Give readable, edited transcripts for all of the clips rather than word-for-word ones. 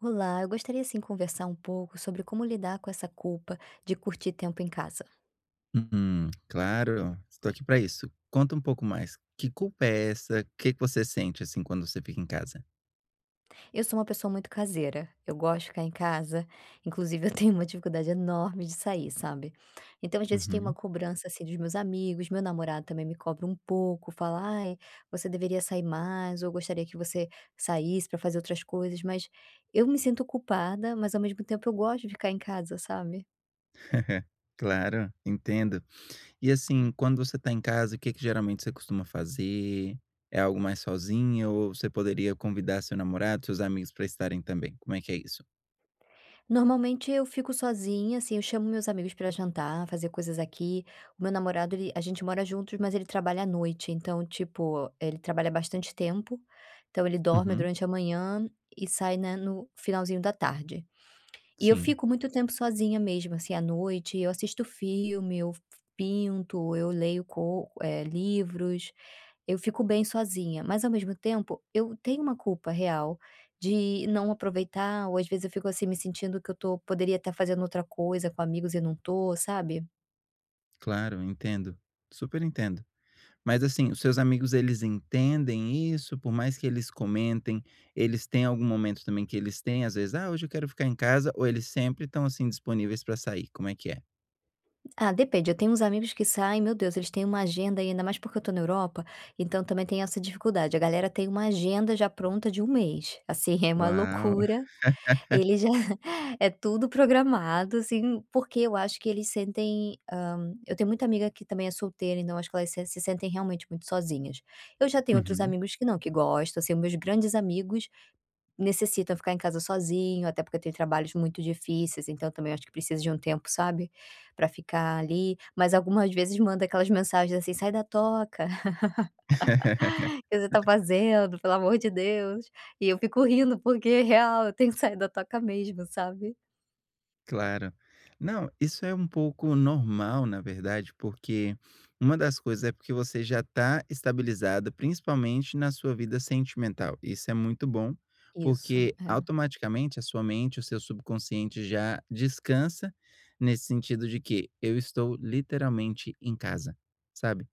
Olá, eu gostaria sim conversar um pouco sobre como lidar com essa culpa de curtir tempo em casa. Uhum, claro, estou aqui para isso. Conta um pouco mais, que culpa é essa? O que que você sente, assim, quando você fica em casa? Eu sou uma pessoa muito caseira, eu gosto de ficar em casa, inclusive eu tenho uma dificuldade enorme de sair, sabe? Então, às vezes, tem uma Uhum. cobrança assim dos meus amigos, meu namorado também me cobra um pouco, fala, ai, você deveria sair mais, ou eu gostaria que você saísse para fazer outras coisas, mas eu me sinto culpada, mas ao mesmo tempo eu gosto de ficar em casa, sabe? Claro, entendo. E, assim, quando você está em casa, o que que geralmente você costuma fazer? É algo mais sozinha ou você poderia convidar seu namorado, seus amigos para estarem também? Como é que é isso? Normalmente eu fico sozinha, assim, eu chamo meus amigos pra jantar, fazer coisas aqui. O meu namorado, ele a gente mora juntos, mas ele trabalha à noite, então, tipo, ele trabalha bastante tempo, então ele dorme Uhum, durante a manhã e sai, né, no finalzinho da tarde. E eu sim, fico muito tempo sozinha mesmo, assim, à noite, eu assisto filme, eu pinto, eu leio livros, eu fico bem sozinha, mas ao mesmo tempo eu tenho uma culpa real de não aproveitar ou às vezes eu fico, assim, me sentindo que eu tô poderia estar fazendo outra coisa com amigos e não tô, sabe. claro, entendo, super entendo. Mas assim, os seus amigos eles entendem isso? Por mais que eles comentem, eles têm algum momento também que eles têm, às vezes: "Ah, hoje eu quero ficar em casa", ou eles sempre estão, assim, disponíveis para sair? Como é que é? Ah, depende, eu tenho uns amigos que saem, meu Deus, eles têm uma agenda e ainda mais porque eu tô na Europa, então também tem essa dificuldade, a galera tem uma agenda já pronta de um mês, assim, é uma Uau! loucura, eles já é tudo programado, assim, porque eu acho que eles sentem, eu tenho muita amiga que também é solteira, então acho que elas se sentem realmente muito sozinhas. Eu já tenho outros Uhum. amigos que não, que gostam, assim, meus grandes amigos necessitam ficar em casa sozinho, até porque tem trabalhos muito difíceis, então também acho que precisa de um tempo, sabe, pra ficar ali, mas algumas vezes manda aquelas mensagens assim: "Sai da toca, o que você tá fazendo, pelo amor de Deus", e eu fico rindo, porque é real, eu tenho que sair da toca mesmo, sabe. Claro. Não, isso é um pouco normal, na verdade, porque uma das coisas é porque você já está estabilizada, principalmente na sua vida sentimental. Isso é muito bom, Isso, porque é, automaticamente a sua mente, o seu subconsciente já descansa nesse sentido de que eu estou literalmente em casa, sabe?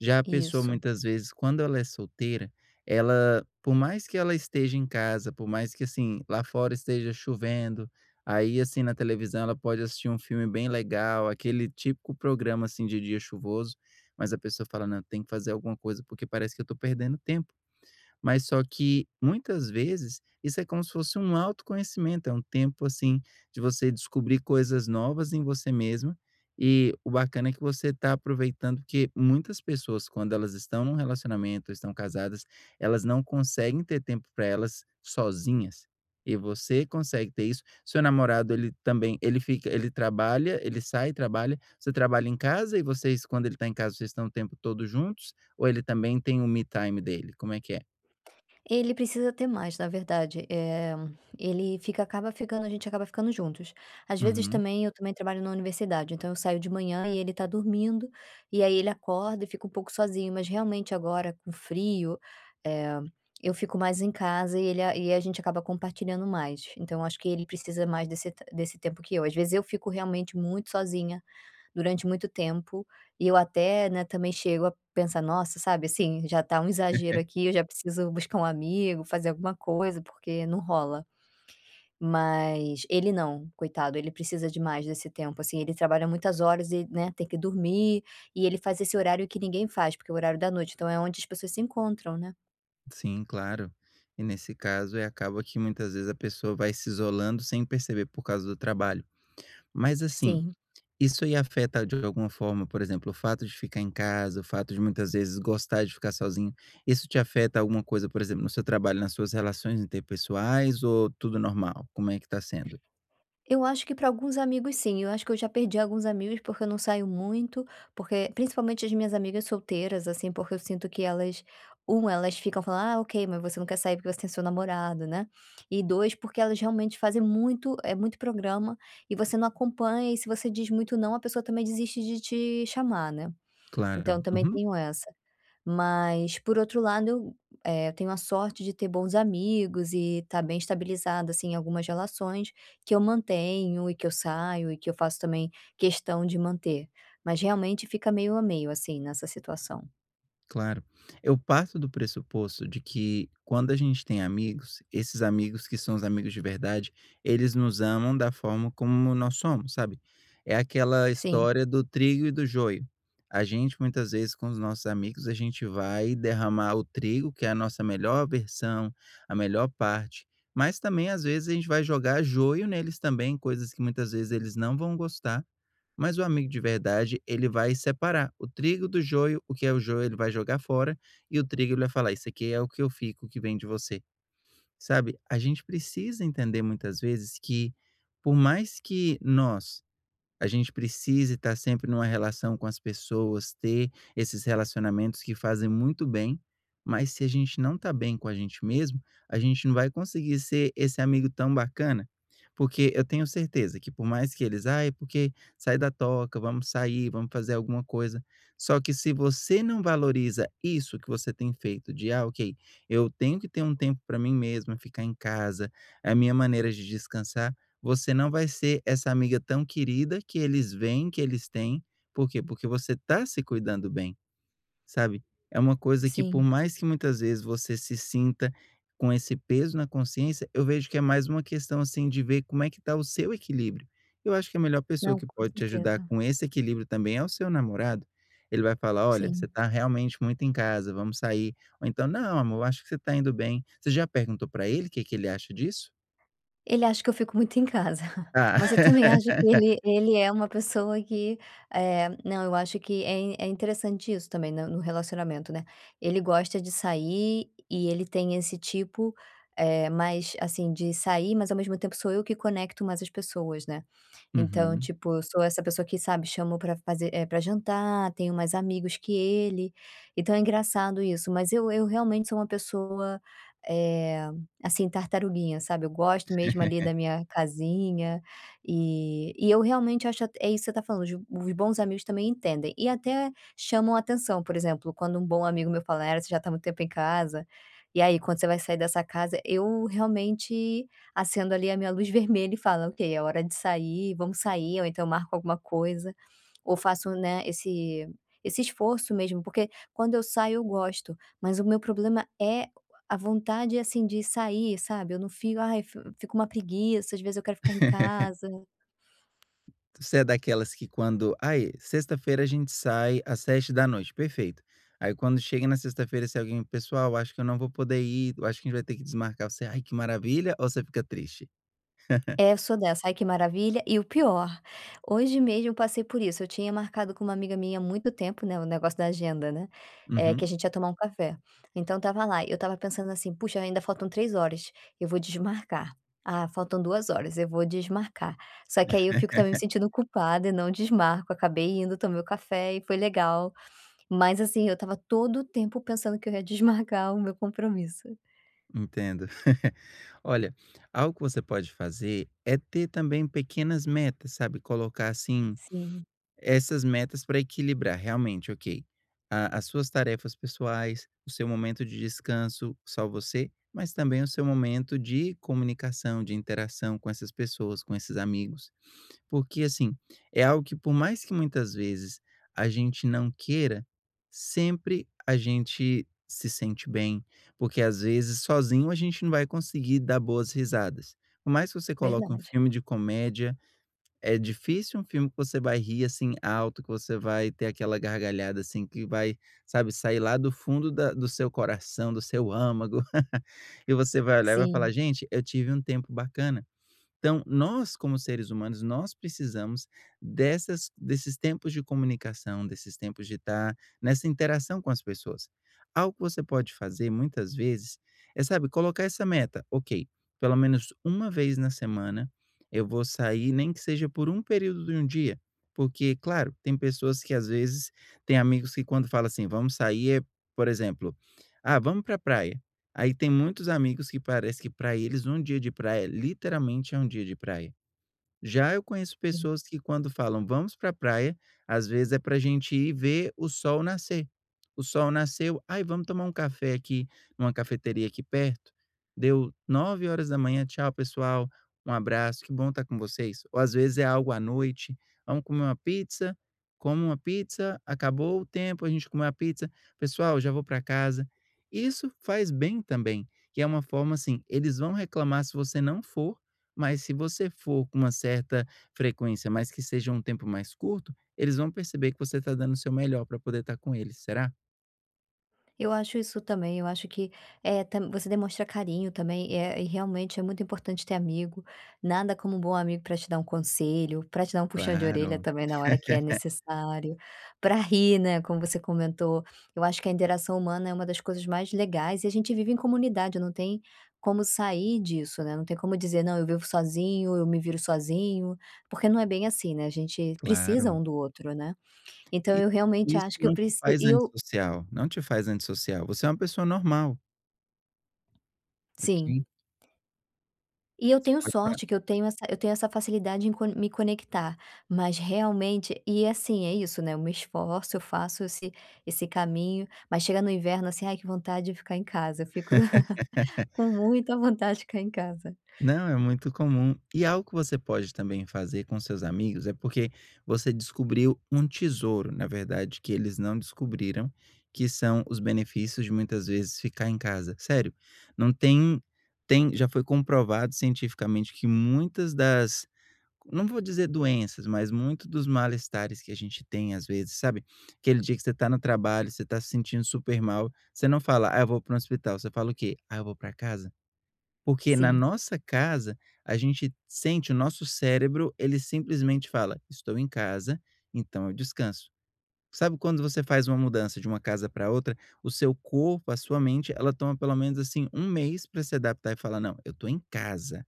Já a pessoa isso. muitas vezes quando ela é solteira, ela por mais que ela esteja em casa, por mais que, assim, lá fora esteja chovendo, aí, assim, na televisão ela pode assistir um filme bem legal, aquele típico programa, assim, de dia chuvoso, mas a pessoa fala: "Não, tem que fazer alguma coisa, porque parece que eu tô perdendo tempo". Mas só que, muitas vezes, isso é como se fosse um autoconhecimento, é um tempo, assim, de você descobrir coisas novas em você mesma, e o bacana é que você está aproveitando, porque muitas pessoas, quando elas estão num relacionamento, estão casadas, elas não conseguem ter tempo para elas sozinhas, e você consegue ter isso. Seu namorado, ele também ele fica ele trabalha, ele sai, trabalha, você trabalha em casa e vocês, quando ele está em casa, vocês estão o tempo todo juntos, ou ele também tem o me time dele? Como é que é? Ele precisa ter mais, na verdade, ele fica acaba ficando a gente acaba ficando juntos. Às vezes Uhum. também eu também trabalho na universidade, então eu saio de manhã e ele tá dormindo, e aí ele acorda e fica um pouco sozinho, mas realmente agora com frio, eh, eu fico mais em casa e a gente acaba compartilhando mais. Então acho que ele precisa mais desse tempo que eu. Às vezes eu fico realmente muito sozinha, durante muito tempo, e eu até, né, também chego a pensar: "Nossa", sabe, assim, já tá um exagero aqui, eu já preciso buscar um amigo, fazer alguma coisa, porque não rola. Mas ele não, coitado, ele precisa demais desse tempo, assim, ele trabalha muitas horas e, né, tem que dormir, e ele faz esse horário que ninguém faz, porque é o horário da noite, então é onde as pessoas se encontram, né. Sim, claro. E nesse caso, é acaba que muitas vezes a pessoa vai se isolando sem perceber por causa do trabalho. Mas assim, Sim. isso aí afeta de alguma forma, por exemplo, o fato de ficar em casa, o fato de muitas vezes gostar de ficar sozinho, isso te afeta alguma coisa, por exemplo, no seu trabalho, nas suas relações interpessoais ou tudo normal? Como é que tá sendo? Eu acho que para alguns amigos sim, eu acho que eu já perdi alguns amigos, porque eu não saio muito, porque principalmente as minhas amigas solteiras, assim, porque eu sinto que elas ficam falando: "Ah, ok, mas você não quer sair porque você tem seu namorado, né". E 2 porque elas realmente fazem muito programa, e você não acompanha, e se você diz muito não, a pessoa também desiste de te chamar, né. Claro. Então também Uhum. tenho essa. Mas, por outro lado, eu tenho a sorte de ter bons amigos e estar bem estabilizada, assim, em algumas relações que eu mantenho e que eu saio e que eu faço também questão de manter. Mas realmente fica meio a meio, assim, nessa situação. Claro. Eu parto do pressuposto de que quando a gente tem amigos, esses amigos que são os amigos de verdade, eles nos amam da forma como nós somos, sabe? É aquela Sim, história do trigo e do joio. A gente, muitas vezes, com os nossos amigos, a gente vai derramar o trigo, que é a nossa melhor versão, a melhor parte. Mas também, às vezes, a gente vai jogar joio neles também, coisas que muitas vezes eles não vão gostar, mas o amigo de verdade, ele vai separar o trigo do joio, o que é o joio ele vai jogar fora, e o trigo ele vai falar: "Isso aqui é o que eu fico, o que vem de você". Sabe, a gente precisa entender muitas vezes que, por mais que nós a gente precisa estar sempre numa relação com as pessoas, ter esses relacionamentos que fazem muito bem, mas se a gente não tá bem com a gente mesmo, a gente não vai conseguir ser esse amigo tão bacana, porque eu tenho certeza que por mais que eles, "Ai, porque sai da toca, vamos sair, vamos fazer alguma coisa", só que se você não valoriza isso que você tem feito de, "Ah, ok, eu tenho que ter um tempo para mim mesma, ficar em casa, é a minha maneira de descansar", você não vai ser essa amiga tão querida que eles veem que eles têm. Por quê? Porque você está se cuidando bem, sabe? É uma coisa que sim. por mais que muitas vezes você se sinta com esse peso na consciência, eu vejo que é mais uma questão assim de ver como é que está o seu equilíbrio. Eu acho que a melhor pessoa Não, que com pode te ajudar certeza. com esse equilíbrio também é o seu namorado. Ele vai falar: "Olha, você Sim. está realmente muito em casa, vamos sair". Ou então: "Não, amor, acho que você está indo bem". Você já perguntou para ele o que que ele acha disso? Ele acha que eu fico muito em casa, Ah. mas eu também acho que ele é uma pessoa que, não, eu acho que é in é interessante isso também no relacionamento, né. Ele gosta de sair e ele tem esse tipo, mais, assim, de sair, mas ao mesmo tempo sou eu que conecto mais as pessoas, né. Então, Uhum. tipo, eu sou essa pessoa que, sabe, chamo pra fazer pra jantar, tenho mais amigos que ele, então é engraçado isso, mas eu realmente sou uma pessoa, eh, assim, tartaruguinha, sabe, eu gosto mesmo ali da minha casinha, e eu realmente é isso que você tá falando, os bons amigos também entendem, e até chamam atenção, por exemplo, quando um bom amigo meu fala: "Ah, você já tá muito tempo em casa, e aí, quando você vai sair dessa casa?" Eu realmente acendo ali a minha luz vermelha e fala: "Ok, é hora de sair, vamos sair", ou então eu marco alguma coisa, ou faço, né, esse esforço mesmo, porque quando eu saio eu gosto, mas o meu problema é a vontade, assim, de sair, sabe, eu não fico: "Ai, fi fico uma preguiça", às vezes eu quero ficar em casa. Você é daquelas que quando "Ai, sexta-feira a gente sai às 7 da noite, perfeito". Aí quando chega na sexta-feira, se é alguém: "Pessoal, acho que eu não vou poder ir, eu acho que a gente vai ter que desmarcar". Você: "Ai, que maravilha", ou você fica triste? É, eu sou dessa. Ai, que maravilha. E o pior, hoje mesmo eu passei por isso. Eu tinha marcado com uma amiga minha há muito tempo, né, o negócio da agenda, né, é que a Uhum, gente ia tomar um café. Então tava lá, eu tava pensando assim: "Puxa, ainda faltam 3 horas, eu vou desmarcar. Ah, faltam 2 horas, eu vou desmarcar". Só que aí eu fico também me sentindo culpada e não desmarco. Acabei indo, tomei o café e foi legal. Mas, assim, eu tava todo o tempo pensando que eu ia desmarcar o meu compromisso. entendo. Olha, algo que você pode fazer é ter também pequenas metas, sabe, colocar assim. Sim, Essas metas para equilibrar realmente, ok, a as suas tarefas pessoais, o seu momento de descanso, só você, mas também o seu momento de comunicação, de interação com essas pessoas, com esses amigos. Porque, assim, é algo que por mais que muitas vezes a gente não queira, sempre a gente se sente bem, porque às vezes sozinho a gente não vai conseguir dar boas risadas. Por mais que você coloque um verdade. filme de comédia, é difícil um filme que você vai rir, assim, alto, que você vai ter aquela gargalhada, assim, que vai, sabe, sair lá do fundo da do seu coração, do seu âmago, e você vai olhar e vai falar: "Gente, eu tive um tempo bacana". Então, nós, como seres humanos, nós precisamos dessas desses tempos de comunicação, desses tempos de estar nessa interação com as pessoas. Algo que você pode fazer muitas vezes é, sabe, colocar essa meta: "Ok, pelo menos uma vez na semana eu vou sair, nem que seja por um período de um dia". Porque, claro, tem pessoas que às vezes têm amigos que quando fala assim: "Vamos sair", é, por exemplo: "Ah, vamos pra praia". Aí tem muitos amigos que parece que para eles um dia de praia, literalmente, é um dia de praia. Já eu conheço Sim. pessoas que quando falam: "Vamos para a praia", às vezes é pra gente ir ver o sol nascer. O sol nasceu, "Ai, vamos tomar um café aqui numa cafeteria aqui perto". Deu 9 horas da manhã. "Tchau pessoal, um abraço, que bom estar com vocês". Ou às vezes é algo à noite, "Vamos comer uma pizza", come uma pizza, acabou o tempo, a gente comeu a pizza, "Pessoal, já vou para casa". Isso faz bem também, que é uma forma assim, eles vão reclamar se você não for, mas se você for com uma certa frequência, mas que seja um tempo mais curto, eles vão perceber que você está dando o seu melhor para poder estar com eles, será? Eu acho isso também, eu acho que, eh, tam você demonstra carinho também, e realmente é muito importante ter amigo, nada como um bom amigo para te dar um conselho, para te dar um puxão de orelha Claro, também na hora que é necessário, para rir, né, como você comentou. Eu acho que a interação humana é uma das coisas mais legais e a gente vive em comunidade, não tem como sair disso, né, não tem como dizer: "Não, eu vivo sozinho, eu me viro sozinho", porque não é bem assim, né, a gente precisa claro. um do outro, né. Então E eu realmente isso acho que eu não te preciso. faz E eu antissocial, não te faz antissocial, você é uma pessoa normal. sim. Ok. E eu Você tenho pode. sorte que eu tenho essa facilidade em co me conectar, mas realmente e assim, é isso, né, eu me esforço, eu faço esse caminho, mas chega no inverno, assim, ai que vontade de ficar em casa, eu fico com muita vontade de ficar em casa. Não, é muito comum. E algo que você pode também fazer com seus amigos é porque você descobriu um tesouro, na verdade, que eles não descobriram, que são os benefícios de muitas vezes ficar em casa. Sério, não tem, tem, já foi comprovado cientificamente que muitas das, não vou dizer doenças, mas muito dos malestares que a gente tem às vezes, sabe? Aquele dia que você tá no trabalho, você tá se sentindo super mal, você não fala, ah, eu vou para um hospital, você fala o quê? Ah, eu vou para casa. Porque na Sim. nossa casa, a gente sente o nosso cérebro, ele simplesmente fala: "Estou em casa, então eu descanso". Sabe quando você faz uma mudança de uma casa para outra, o seu corpo, a sua mente, ela toma pelo menos, assim, um mês para se adaptar e falar: "Não, eu estou em casa".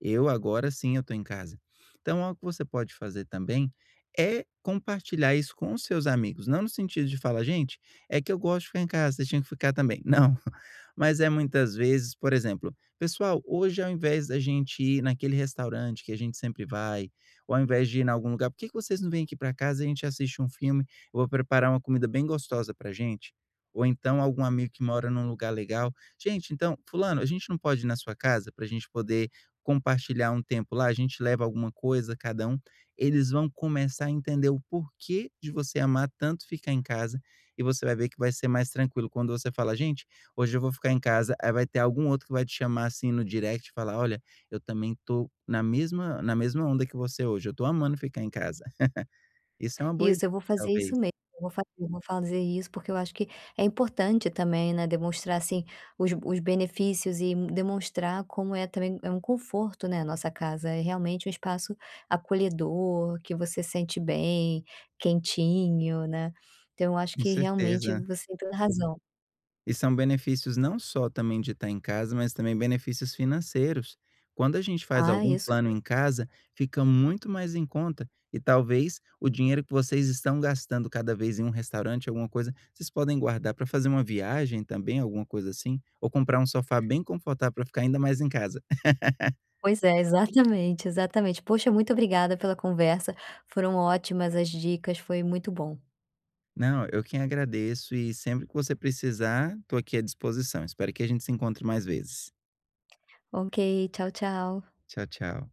Eu agora sim eu estou em casa. Então algo que você pode fazer também é compartilhar isso com os seus amigos, não no sentido de falar: "Gente, é que eu gosto de ficar em casa, vocês tinham que ficar também". Não, mas é muitas vezes, por exemplo: "Pessoal, hoje ao invés da gente ir naquele restaurante que a gente sempre vai, ou ao invés de ir em algum lugar, por que que vocês não vêm aqui para casa e a gente assiste um filme? Eu vou preparar uma comida bem gostosa para gente". Ou então algum amigo que mora num lugar legal: "Gente, então fulano, a gente não pode ir na sua casa para a gente poder compartilhar um tempo lá, a gente leva alguma coisa cada um, eles vão começar a entender o porquê de você amar tanto ficar em casa e você vai ver que vai ser mais tranquilo. Quando você fala: "Gente, hoje eu vou ficar em casa", aí vai ter algum outro que vai te chamar, assim, no direct e falar: "Olha, eu também tô na mesma onda que você hoje, eu tô amando ficar em casa". Isso é uma boa ideia, Isso, eu vou fazer talvez. isso mesmo, eu vou fazer isso, porque eu acho que é importante também, né, demonstrar, assim, os benefícios e demonstrar como é também é um conforto, né, a nossa casa, é realmente um espaço acolhedor, que você se sente bem, quentinho, né. Então eu acho Com que realmente certeza. você tem toda razão. E são benefícios não só também de estar em casa, mas também benefícios financeiros. Quando a gente faz Ah, algum isso plano em casa, fica muito mais em conta e talvez o dinheiro que vocês estão gastando cada vez em um restaurante, alguma coisa, vocês podem guardar para fazer uma viagem também, alguma coisa assim, ou comprar um sofá bem confortável para ficar ainda mais em casa. pois é, exatamente, exatamente. Poxa, muito obrigada pela conversa, foram ótimas as dicas, foi muito bom. Não, eu quem agradeço e sempre que você precisar, estou aqui à disposição. Espero que a gente se encontre mais vezes. Ok, tchau, tchau. Tchau, tchau.